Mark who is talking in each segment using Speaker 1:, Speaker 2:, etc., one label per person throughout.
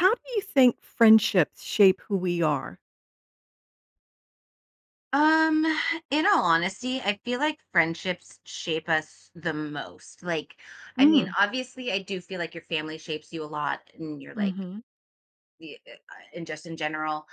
Speaker 1: How do you think friendships shape who we are?
Speaker 2: Um, in all honesty, I feel like friendships shape us the most. I mean,
Speaker 1: Mm.
Speaker 2: obviously, I do feel like your family shapes you a lot, and you're like
Speaker 1: Mhm.
Speaker 2: the and just in general.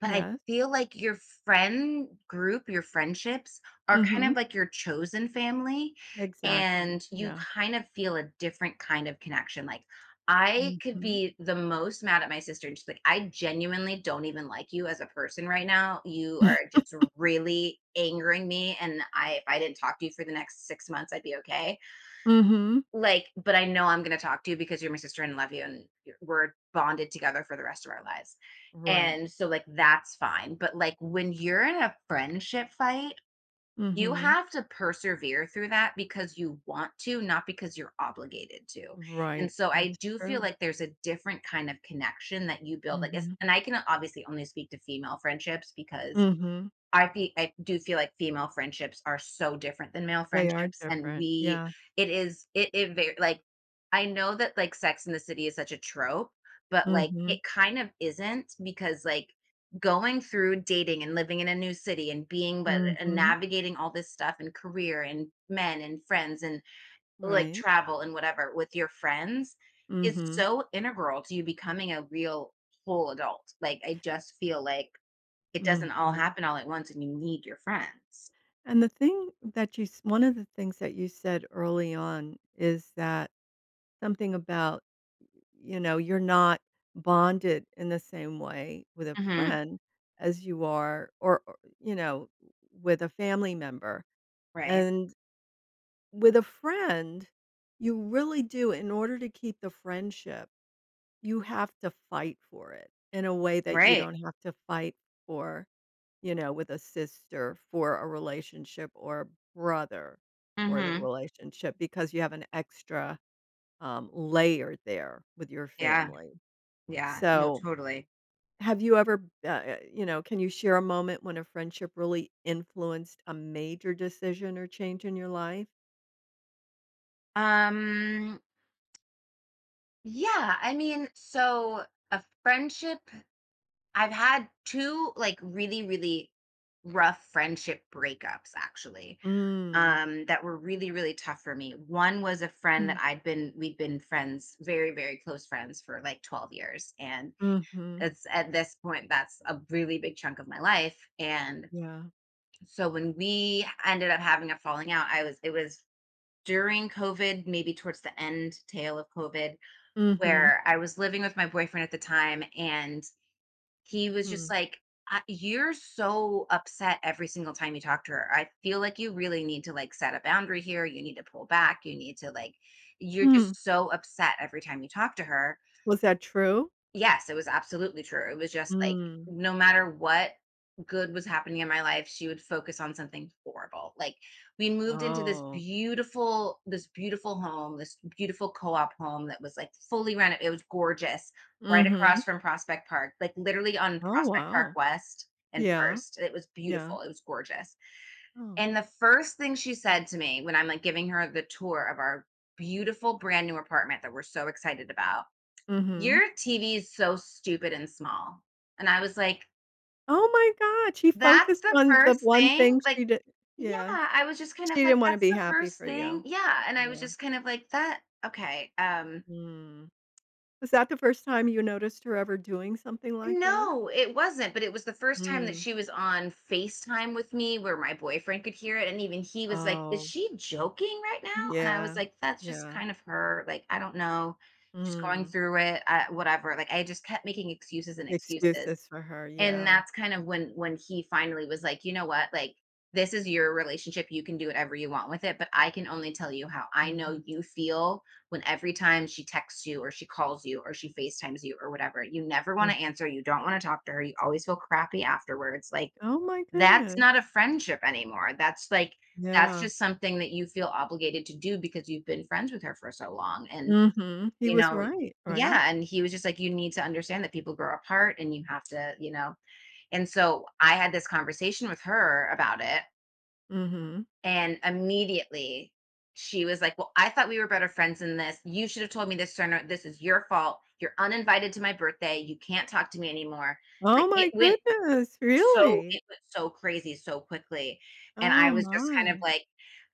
Speaker 2: But I
Speaker 1: Yes.
Speaker 2: feel like your friend group, your friendships are kind
Speaker 1: Mhm.
Speaker 2: of like your chosen family,
Speaker 1: Exactly.
Speaker 2: and you
Speaker 1: Yeah.
Speaker 2: kind of feel a different kind of connection. Like, I could
Speaker 1: Mhm.
Speaker 2: be the most mad at my sister, and she's like, I genuinely don't even like you as a person right now. You are just really angering me. And I if I didn't talk to you for the next 6 months, I'd be okay.
Speaker 1: Mhm.
Speaker 2: Like, but I know I'm going to talk to you because you're my sister and love you and we're bonded together for the rest of our lives.
Speaker 1: Right.
Speaker 2: And so like that's fine. But like when you're in a friendship fight, you
Speaker 1: Mhm.
Speaker 2: have to persevere through that because you want to, not because you're obligated to. And
Speaker 1: Right.
Speaker 2: so I
Speaker 1: That's
Speaker 2: do feel
Speaker 1: true.
Speaker 2: like there's a different kind of connection that you build, I guess.
Speaker 1: Mhm.
Speaker 2: And I can obviously only speak to female friendships because
Speaker 1: Mhm.
Speaker 2: I do feel like female friendships are so different than male
Speaker 1: They are
Speaker 2: friendships, and
Speaker 1: different.
Speaker 2: we
Speaker 1: Yeah.
Speaker 2: it is it it very like, I know that, like, Sex and the City is such a trope, but, like,
Speaker 1: Mhm.
Speaker 2: it kind of isn't because, like, going through dating and living in a new city and being but and
Speaker 1: Mhm.
Speaker 2: navigating all this stuff and career and men and friends and, like,
Speaker 1: Right.
Speaker 2: travel and whatever with your friends is
Speaker 1: Mhm.
Speaker 2: so integral to you becoming a real whole adult. Like, I just feel like it doesn't all
Speaker 1: Mhm.
Speaker 2: happen all at once, and you need your friends.
Speaker 1: And the thing that you s one of the things that you said early on is that something about you're not bonded in the same way with a
Speaker 2: Mhm.
Speaker 1: friend as you are or with a family member,
Speaker 2: Right.
Speaker 1: and with a friend, you really do in order to keep the friendship, you have to fight for it in a way that you
Speaker 2: Right.
Speaker 1: don't have to fight for, with a sister for a relationship or a brother for the
Speaker 2: Mhm.
Speaker 1: relationship because you have an extra, layer there with your
Speaker 2: Yeah.
Speaker 1: family.
Speaker 2: Yeah. No,
Speaker 1: So
Speaker 2: totally.
Speaker 1: have you ever, can you share a moment when a friendship really influenced a major decision or change in your life?
Speaker 2: Um, Yeah, I mean, so a friendship I've had 2, like, really, really rough friendship breakups, actually,
Speaker 1: Mm.
Speaker 2: that were really, really tough for me. One was a friend
Speaker 1: Mm.
Speaker 2: that I'd been we'd been friends, very, very close friends for, like, 12 years, and
Speaker 1: Mhm.
Speaker 2: it's at this point, that's a really big chunk of my life, and
Speaker 1: Yeah.
Speaker 2: so when we ended up having a falling out, I was it was during COVID, maybe towards the end tail of COVID,
Speaker 1: Mhm.
Speaker 2: where I was living with my boyfriend at the time, and he was just
Speaker 1: Mm.
Speaker 2: like, "You're so upset every single time you talk to her. I feel like you really need to like set a boundary here. You need to pull back. You need to like, you're
Speaker 1: Mm.
Speaker 2: just so upset every time you talk to her."
Speaker 1: Was that true?
Speaker 2: Yes, it was absolutely true. It was just like
Speaker 1: Mm.
Speaker 2: no matter what good was happening in my life, she would focus on something horrible. Like we moved into this
Speaker 1: Oh.
Speaker 2: beautiful home, this beautiful co-op home that was like fully renovated. It was gorgeous, right
Speaker 1: Mhm.
Speaker 2: across from Prospect Park, like literally on
Speaker 1: Oh,
Speaker 2: Prospect Park
Speaker 1: wow.
Speaker 2: West and
Speaker 1: Yeah.
Speaker 2: First. It was
Speaker 1: Yeah.
Speaker 2: beautiful. It was gorgeous.
Speaker 1: Oh.
Speaker 2: And the first thing she said to me when I'm like giving her the tour of our beautiful brand new apartment that we're so excited about,
Speaker 1: Mhm.
Speaker 2: "Your TV is so stupid and small." And I was like,
Speaker 1: Oh my god, she
Speaker 2: "That's
Speaker 1: focused
Speaker 2: the
Speaker 1: on the
Speaker 2: first
Speaker 1: one
Speaker 2: thing?"
Speaker 1: thing
Speaker 2: Like,
Speaker 1: she did.
Speaker 2: yeah,
Speaker 1: Yeah.
Speaker 2: I was just kind of
Speaker 1: She
Speaker 2: like,
Speaker 1: didn't wanna
Speaker 2: "That's
Speaker 1: be
Speaker 2: the
Speaker 1: happy
Speaker 2: first
Speaker 1: for
Speaker 2: thing?"
Speaker 1: you.
Speaker 2: Yeah, and I was
Speaker 1: Yeah.
Speaker 2: just kind of like, "That okay,
Speaker 1: Mm. Was that the first time you noticed her ever doing something like that?
Speaker 2: No, it wasn't, but it was the first time that
Speaker 1: Mm.
Speaker 2: she was on FaceTime with me where my boyfriend could hear it, and even he was like, "Is
Speaker 1: Oh,
Speaker 2: she joking right now?" And I was
Speaker 1: yeah.
Speaker 2: like, "That's just
Speaker 1: Yeah.
Speaker 2: kind of her, like, I don't know. She's going
Speaker 1: Mm.
Speaker 2: through it, whatever." Like, I just kept making excuses and excuses.
Speaker 1: Excuses for her,
Speaker 2: And
Speaker 1: yeah.
Speaker 2: that's kind of when he finally was like, "You know what? Like this is your relationship. You can do whatever you want with it, but I can only tell you how I know
Speaker 1: Mhm.
Speaker 2: you feel when every time she texts you or she calls you or she FaceTimes you or whatever. You never want to
Speaker 1: Mhm.
Speaker 2: answer. You don't want to talk to her. You always feel crappy afterwards. Like
Speaker 1: Oh my
Speaker 2: that's not a
Speaker 1: goodness.
Speaker 2: friendship anymore. That's like that's
Speaker 1: Yeah.
Speaker 2: just something that you feel obligated to do because you've been friends with her for so long and
Speaker 1: Mhm. He
Speaker 2: you
Speaker 1: was
Speaker 2: know."
Speaker 1: right, right?
Speaker 2: Yeah, and he was just like, you need to understand that people grow apart and you have to, you know. And so I had this conversation with her about it.
Speaker 1: Mhm.
Speaker 2: And immediately she was like, well, I thought we were better friends than this. You should have told me this sooner. This is your fault. You're uninvited to my birthday. You can't talk to me anymore. Like
Speaker 1: Oh
Speaker 2: it
Speaker 1: my
Speaker 2: went,
Speaker 1: goodness,
Speaker 2: so
Speaker 1: really?
Speaker 2: it was so crazy so quickly, and I
Speaker 1: Oh
Speaker 2: was just kind of
Speaker 1: my.
Speaker 2: like,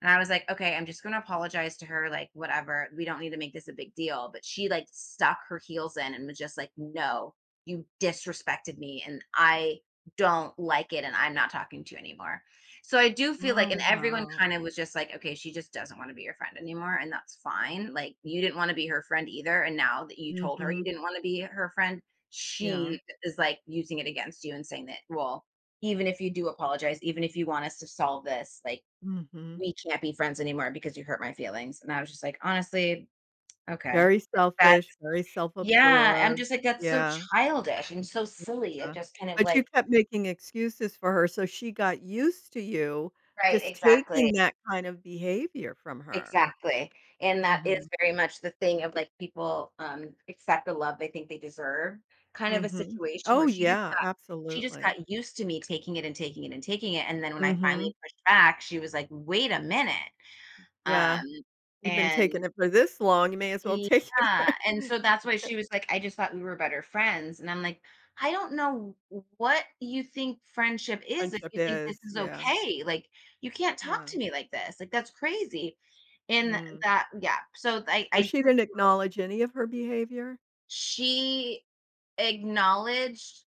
Speaker 2: and I was like, "Okay, I'm just gonna apologize to her, like, whatever, we don't need to make this a big deal," but she, like, stuck her heels in and was just like, "No, you disrespected me, and I don't like it, and I'm not talking to you anymore." So I do feel like, and
Speaker 1: Oh,
Speaker 2: everyone
Speaker 1: wow.
Speaker 2: kind of was just like, "Okay, she just doesn't wanna be your friend anymore, and that's fine." Like, you didn't wanna be her friend either, and now that you told her you
Speaker 1: Mhm.
Speaker 2: didn't wanna be her friend,
Speaker 1: Yeah.
Speaker 2: she is like using it against you and saying that, well, even if you do apologize, even if you want us to solve this, like,
Speaker 1: Mhm.
Speaker 2: we can't be friends anymore because you hurt my feelings. And I was just like, honestly, okay.
Speaker 1: Very
Speaker 2: That,
Speaker 1: selfish, very
Speaker 2: yeah, I'm
Speaker 1: self-absorbed.
Speaker 2: just like that's so
Speaker 1: Yeah.
Speaker 2: childish and so silly. It
Speaker 1: Yeah,
Speaker 2: just kind of
Speaker 1: but you
Speaker 2: like,
Speaker 1: kept making excuses for her, so she got used to you
Speaker 2: right,
Speaker 1: just
Speaker 2: exactly.
Speaker 1: taking that kind of behavior from her.
Speaker 2: Exactly, and that
Speaker 1: Mhm,
Speaker 2: is very much the thing of, like, people, accept the love they think they deserve, kind of a
Speaker 1: mhm.
Speaker 2: situation where
Speaker 1: Oh, yeah,
Speaker 2: she just
Speaker 1: absolutely.
Speaker 2: got used to me taking it and taking it and taking it, and then when I finally
Speaker 1: Mhm,
Speaker 2: pushed back, she was like, "Wait a minute," um,
Speaker 1: yeah, you've been
Speaker 2: and
Speaker 1: taking it for this long, you may as well take it
Speaker 2: yeah,
Speaker 1: for
Speaker 2: and so that's why she was like, "I just thought we were better friends." And I'm like, "I don't know what you think friendship is if
Speaker 1: friendship
Speaker 2: you think this
Speaker 1: is,
Speaker 2: is
Speaker 1: yeah,
Speaker 2: okay. Like, you can't talk
Speaker 1: yeah,
Speaker 2: to me like this. Like, that's crazy." And
Speaker 1: mm.
Speaker 2: that, yeah, so I
Speaker 1: So
Speaker 2: I
Speaker 1: she
Speaker 2: do.
Speaker 1: didn't acknowledge any of her behavior?
Speaker 2: She acknowledged,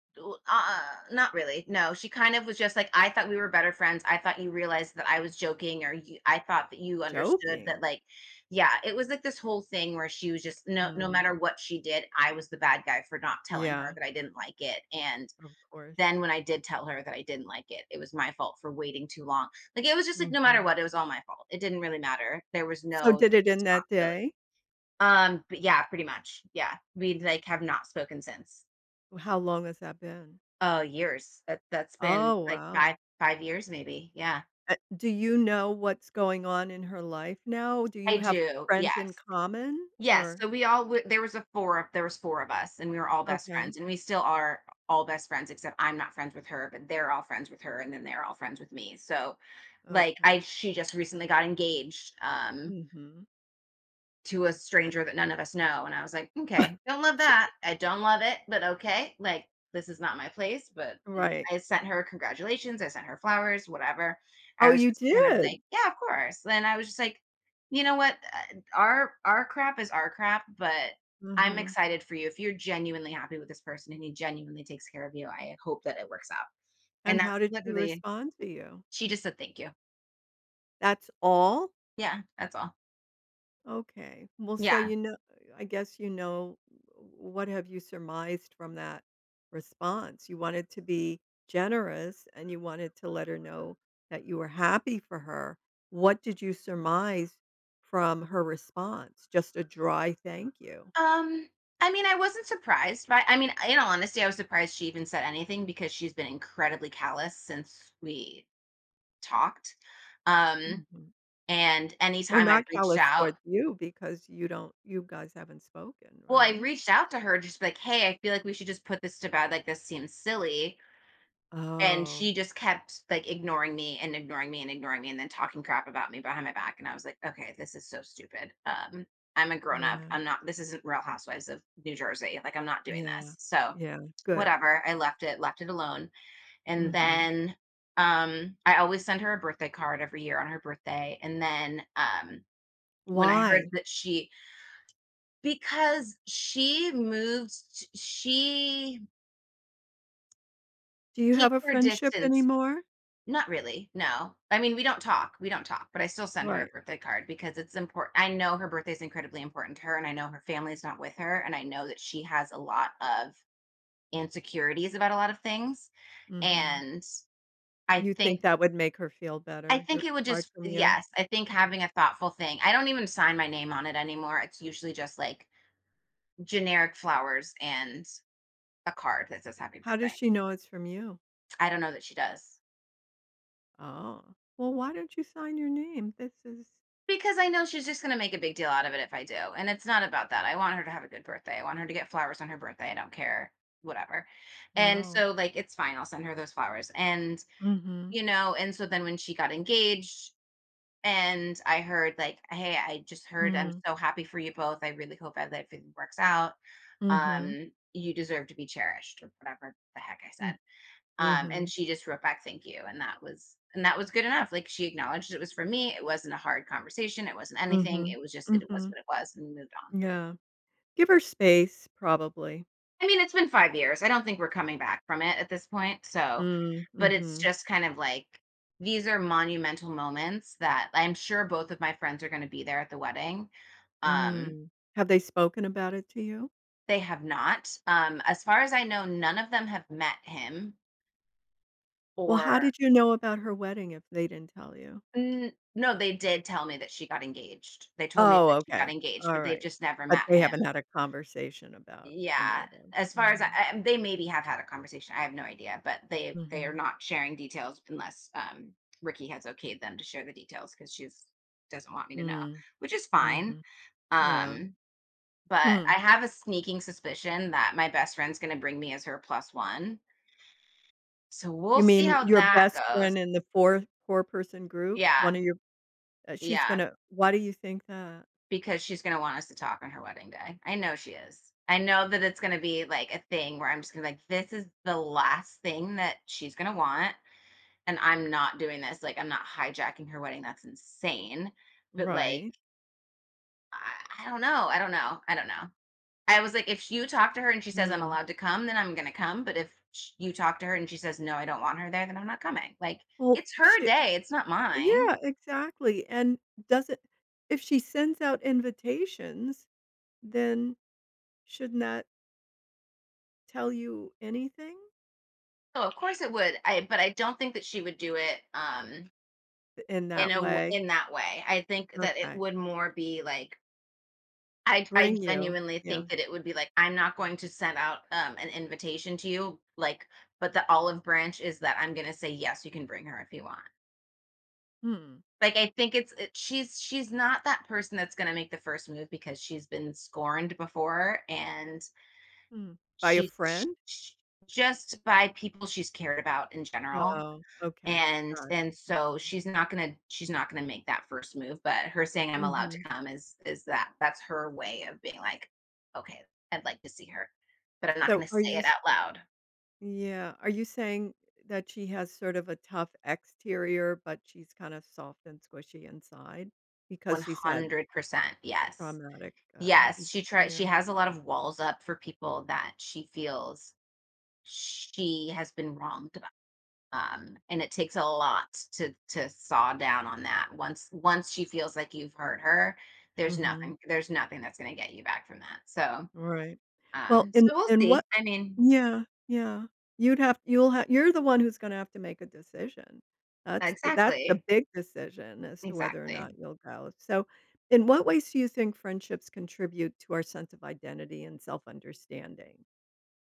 Speaker 2: not really, no, she kind of was just like, "I thought we were better friends, I thought you realized that I was joking or you I thought that you understood that,"
Speaker 1: Joking.
Speaker 2: like yeah, it was like this whole thing where she was just, no no
Speaker 1: Mm,
Speaker 2: matter what she did, I was the bad guy for not telling her
Speaker 1: yeah,
Speaker 2: that I didn't like it, and
Speaker 1: of course.
Speaker 2: then when I did tell her that I didn't like it was my fault for waiting too long. Like, it was just like no matter
Speaker 1: Mhm.
Speaker 2: what, it was all my fault. It didn't really matter. There was
Speaker 1: So
Speaker 2: no
Speaker 1: did it end that
Speaker 2: responsibility.
Speaker 1: day?
Speaker 2: But yeah, pretty much, yeah, we, like, have not spoken since.
Speaker 1: How long has that been?
Speaker 2: Oh, years. That's been
Speaker 1: Oh,
Speaker 2: like 5
Speaker 1: wow.
Speaker 2: 5 years maybe, yeah.
Speaker 1: Do you know what's going on in her life now? Do you
Speaker 2: I
Speaker 1: have
Speaker 2: do,
Speaker 1: friends in
Speaker 2: yes.
Speaker 1: common
Speaker 2: Yes,
Speaker 1: or
Speaker 2: so we all w there was a 4 of there was 4 of us, and we were all best
Speaker 1: okay,
Speaker 2: friends, and we still are all best friends, except I'm not friends with her, but they're all friends with her, and then they're all friends with me, so, like, I
Speaker 1: okay.
Speaker 2: she just recently got engaged,
Speaker 1: Mhm.
Speaker 2: to a
Speaker 1: Yeah,
Speaker 2: stranger that none of us know. And I was like, okay, don't love
Speaker 1: she
Speaker 2: that. I don't love it, but okay. Like, this is not my place. But mm,
Speaker 1: right.
Speaker 2: I sent her congratulations. I sent her flowers, whatever.
Speaker 1: Oh,
Speaker 2: I was
Speaker 1: you
Speaker 2: just kind of like,
Speaker 1: did?
Speaker 2: yeah, of course. Then I was just like, you know what? Our crap is our crap, but I'm
Speaker 1: Mhm.
Speaker 2: excited for you. If you're genuinely happy with this person and he genuinely takes care of you, I hope that it works out. And
Speaker 1: And how
Speaker 2: that's
Speaker 1: did she
Speaker 2: literally,
Speaker 1: respond to you?
Speaker 2: she just said thank you.
Speaker 1: That's all?
Speaker 2: Yeah, that's all.
Speaker 1: Okay. Well, so
Speaker 2: Yeah.
Speaker 1: I guess what have you surmised from that response? You wanted to be generous and you wanted to let her know that you were happy for her. What did you surmise from her response? Just a dry thank you.
Speaker 2: Um, I mean, I wasn't surprised by I mean, in all honesty, I was surprised she even said anything because she's been incredibly callous since we talked. Um,
Speaker 1: Mhm.
Speaker 2: and
Speaker 1: Well,
Speaker 2: anytime I've
Speaker 1: not
Speaker 2: reached
Speaker 1: callous
Speaker 2: out,
Speaker 1: towards you because you guys haven't spoken,
Speaker 2: well, I
Speaker 1: right?
Speaker 2: reached out to her just like, "Hey, I feel like we should just put this to bed. Like this seems silly." And
Speaker 1: Oh,
Speaker 2: she just kept like ignoring me and ignoring me and ignoring me and then talking crap about me behind my back. And I was like, okay, this is so stupid. I'm a grown up.
Speaker 1: yeah,
Speaker 2: I'm not, this isn't Real Housewives of New Jersey. Like, I'm not doing
Speaker 1: yeah,
Speaker 2: this. So,
Speaker 1: yeah. Good.
Speaker 2: whatever. I left it alone. And
Speaker 1: Hmm.
Speaker 2: then I always send her a birthday card every year on her birthday. And then when I heard
Speaker 1: Why?
Speaker 2: that she because she moved t- she
Speaker 1: Do you have
Speaker 2: keeps
Speaker 1: a
Speaker 2: her
Speaker 1: friendship
Speaker 2: distance.
Speaker 1: anymore?
Speaker 2: Not really. No. I mean, we don't talk. We don't talk, but I still send her a
Speaker 1: Right.
Speaker 2: birthday card because it's important. I know her birthday is incredibly important to her, and I know her family's not with her, and I know that she has a lot of insecurities about a lot of things.
Speaker 1: Mhm.
Speaker 2: And I
Speaker 1: You
Speaker 2: think
Speaker 1: think that would make her feel
Speaker 2: I
Speaker 1: better,
Speaker 2: think
Speaker 1: your
Speaker 2: it would
Speaker 1: card
Speaker 2: just
Speaker 1: from you?
Speaker 2: yes, I think having a thoughtful thing I don't even sign my name on it anymore, it's usually just, like, generic flowers and a card that says happy
Speaker 1: How does
Speaker 2: birthday.
Speaker 1: she know it's from you?
Speaker 2: I don't know that she does,
Speaker 1: Oh, well, why don't you sign your name? This is
Speaker 2: because I know she's just gonna make a big deal out of it if I do, and it's not about that. I want her to have a good birthday, I want her to get flowers on her birthday, I don't care, whatever, and
Speaker 1: wow.
Speaker 2: so, like, it's fine, I'll send her those flowers, and,
Speaker 1: Mhm.
Speaker 2: and so then when she got engaged, and I heard, like, "Hey, I just heard I'm
Speaker 1: Mm.
Speaker 2: so happy for you both. I really hope that everything works out.
Speaker 1: Mhm.
Speaker 2: You deserve to be cherished," or whatever the heck I
Speaker 1: Mm.
Speaker 2: said. And
Speaker 1: Mhm.
Speaker 2: she just wrote back, "Thank you." And that was good enough. Like, she acknowledged it was for me. It wasn't a hard conversation. It wasn't anything.
Speaker 1: Mhm.
Speaker 2: It was just it was
Speaker 1: Mhm.
Speaker 2: what it was, and we moved on.
Speaker 1: Yeah. Give her space, probably.
Speaker 2: I mean, it's been 5 years. I don't think we're coming back from it at this point, so
Speaker 1: Mm.
Speaker 2: but it's
Speaker 1: Mhm.
Speaker 2: just kind of like these are monumental moments that I'm sure both of my friends are gonna be there at the wedding. Um,
Speaker 1: Mm. Have they spoken about it to you?
Speaker 2: they have not. As far as I know, none of them have met him
Speaker 1: Well,
Speaker 2: or
Speaker 1: how did you know about her wedding if they didn't tell you?
Speaker 2: N no, they did tell me that she got engaged. They told me
Speaker 1: Oh,
Speaker 2: that she got
Speaker 1: okay.
Speaker 2: engaged, but they've
Speaker 1: Alright.
Speaker 2: just never
Speaker 1: But
Speaker 2: met
Speaker 1: they
Speaker 2: him.
Speaker 1: haven't had a conversation about any
Speaker 2: Yeah,
Speaker 1: of those.
Speaker 2: as far as I
Speaker 1: Mhm.
Speaker 2: I they maybe have had a conversation, I have no idea, but they are
Speaker 1: Mhm.
Speaker 2: not sharing details unless, Ricky has okayed them to share the details because she's doesn't want me to know,
Speaker 1: Mm.
Speaker 2: which is fine,
Speaker 1: Mhm. Yeah.
Speaker 2: um, but
Speaker 1: Hmm.
Speaker 2: I have a sneaking suspicion that my best friend's gonna bring me as her plus one, so we'll
Speaker 1: You
Speaker 2: see
Speaker 1: mean
Speaker 2: how
Speaker 1: your
Speaker 2: that
Speaker 1: best
Speaker 2: goes.
Speaker 1: friend in the 4-person group? One
Speaker 2: Yeah,
Speaker 1: of your she's
Speaker 2: yeah,
Speaker 1: gonna Why do you think that?
Speaker 2: because she's gonna want us to talk on her wedding day. I know she is. I know that it's gonna be, like, a thing where I'm just gonna be like, "This is the last thing that she's gonna want, and I'm not doing this, like, I'm not hijacking her wedding, that's insane, but, like,
Speaker 1: Right.
Speaker 2: I I don't know, I don't know, I don't know. I was like, if you talk to her and she says, "I'm
Speaker 1: Mm.
Speaker 2: allowed to come," then I'm gonna come, but if sh you talk to her and she says, "No, I don't want her there," then I'm not coming, like,
Speaker 1: Well,
Speaker 2: it's her
Speaker 1: she
Speaker 2: day, it's not mine.
Speaker 1: Yeah, exactly, and doesn't if she sends out invitations, then shouldn't that tell you anything
Speaker 2: Oh, of course it would. I But I don't think that she would do it,
Speaker 1: in
Speaker 2: in a
Speaker 1: that
Speaker 2: w
Speaker 1: way?
Speaker 2: in that way. I think that it
Speaker 1: Okay.
Speaker 2: would more be, like, I
Speaker 1: Bring you.
Speaker 2: genuinely think
Speaker 1: Yeah.
Speaker 2: that it would be like, I'm not going to send out, an invitation to you, like, but the olive branch is that I'm gonna say, "Yes, you can bring her if you want."
Speaker 1: Hmm.
Speaker 2: Like, I think it's it she's not that person that's gonna make the first move because she's been scorned before, and
Speaker 1: Mm. By a
Speaker 2: she's sh
Speaker 1: friend?
Speaker 2: sh just by people she's cared about in general,
Speaker 1: Oh, okay.
Speaker 2: and
Speaker 1: Got it.
Speaker 2: so she's not gonna make that first move, but her saying I'm
Speaker 1: Mm,
Speaker 2: allowed to
Speaker 1: mhm.
Speaker 2: come is that that's her way of being like okay, I'd like to see her, but I'm not
Speaker 1: So,
Speaker 2: gonna
Speaker 1: are
Speaker 2: say
Speaker 1: you
Speaker 2: it
Speaker 1: s
Speaker 2: out loud.
Speaker 1: yeah, are you saying that she has sort of a tough exterior, but she's kind of soft and squishy inside because she's had
Speaker 2: 100%. Yes.
Speaker 1: traumatic,
Speaker 2: Yes,
Speaker 1: event?
Speaker 2: she tries
Speaker 1: Yeah,
Speaker 2: she has a lot of walls up for people that she feels she has been wronged about. And it takes a lot to saw down on that. Once once she feels like you've hurt her,
Speaker 1: mhm.
Speaker 2: there's nothing that's going to get you back from that, so
Speaker 1: Right. Well,
Speaker 2: So
Speaker 1: and
Speaker 2: we'll
Speaker 1: and
Speaker 2: see.
Speaker 1: what
Speaker 2: I mean
Speaker 1: yeah, yeah. You're the one who's gonna have to make a decision. That's the
Speaker 2: exactly,
Speaker 1: big decision as to whether or
Speaker 2: exactly.
Speaker 1: not you'll go. So, in what ways do you think friendships contribute to our sense of identity and self-understanding?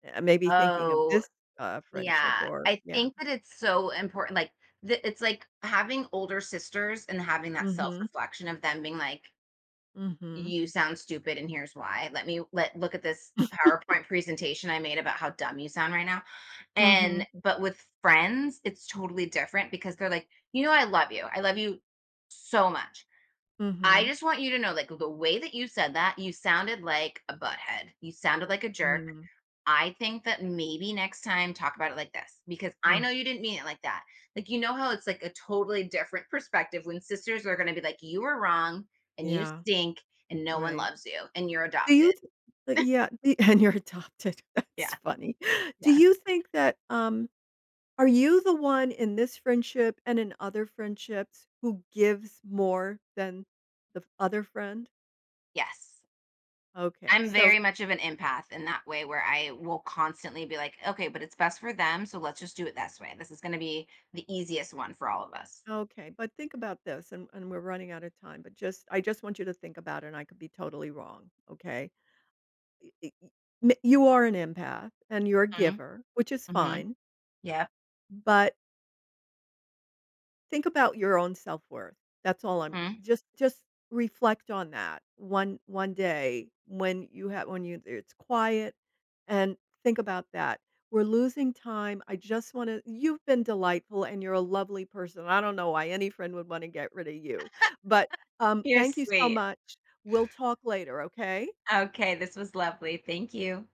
Speaker 1: Maybe thinking of
Speaker 2: Oh,
Speaker 1: this, friendship
Speaker 2: yeah.
Speaker 1: or
Speaker 2: I
Speaker 1: yeah.
Speaker 2: think that it's so important, like, the it's like having older sisters and having that
Speaker 1: Mhm,
Speaker 2: self-reflection of them being like,
Speaker 1: mhm,
Speaker 2: "You sound stupid and here's why. Let me let look at this PowerPoint presentation I made about how dumb you sound right now." And
Speaker 1: mhm,
Speaker 2: but with friends, it's totally different because they're like, "You know, I love you. I love you so much. I
Speaker 1: mhm,
Speaker 2: just want you to know, like, the way that you said that, you sounded like a butthead. You sounded like a jerk.
Speaker 1: mm,
Speaker 2: I think that maybe next time talk about it like this because I
Speaker 1: mm.
Speaker 2: know you didn't mean it like that. Like, you know how it's like a totally different perspective when sisters are going to be like, you were wrong and you
Speaker 1: Yeah,
Speaker 2: stink and no one
Speaker 1: right.
Speaker 2: loves you and you're
Speaker 1: Do
Speaker 2: adopted.
Speaker 1: you th yeah, the and you're adopted. That's
Speaker 2: Yeah.
Speaker 1: funny. Do
Speaker 2: Yeah.
Speaker 1: you think that, are you the one in this friendship and in other friendships who gives more than the f other friend?
Speaker 2: Yes.
Speaker 1: Okay,
Speaker 2: I'm
Speaker 1: so
Speaker 2: very much of an empath in that way where I will constantly be like, okay, but it's best for them. So let's just do it this way. This is going to be the easiest one for all of us.
Speaker 1: okay, but think about this, and we're running out of time, but just I just want you to think about it, and I could be totally wrong, okay? Y y y m You are an empath, and you're a
Speaker 2: Mhm,
Speaker 1: giver, which is
Speaker 2: mhm.
Speaker 1: fine,
Speaker 2: Yep.
Speaker 1: but think about your own self-worth. That's all. I'm
Speaker 2: Mm.
Speaker 1: just reflect on that one day when you it's quiet and think about that. We're losing time. I just want to You've been delightful and you're a lovely person. I don't know why any friend would want to get rid of you. But
Speaker 2: You're
Speaker 1: thank you so
Speaker 2: sweet.
Speaker 1: much. We'll talk later, okay?
Speaker 2: Okay, this was lovely. Thank you.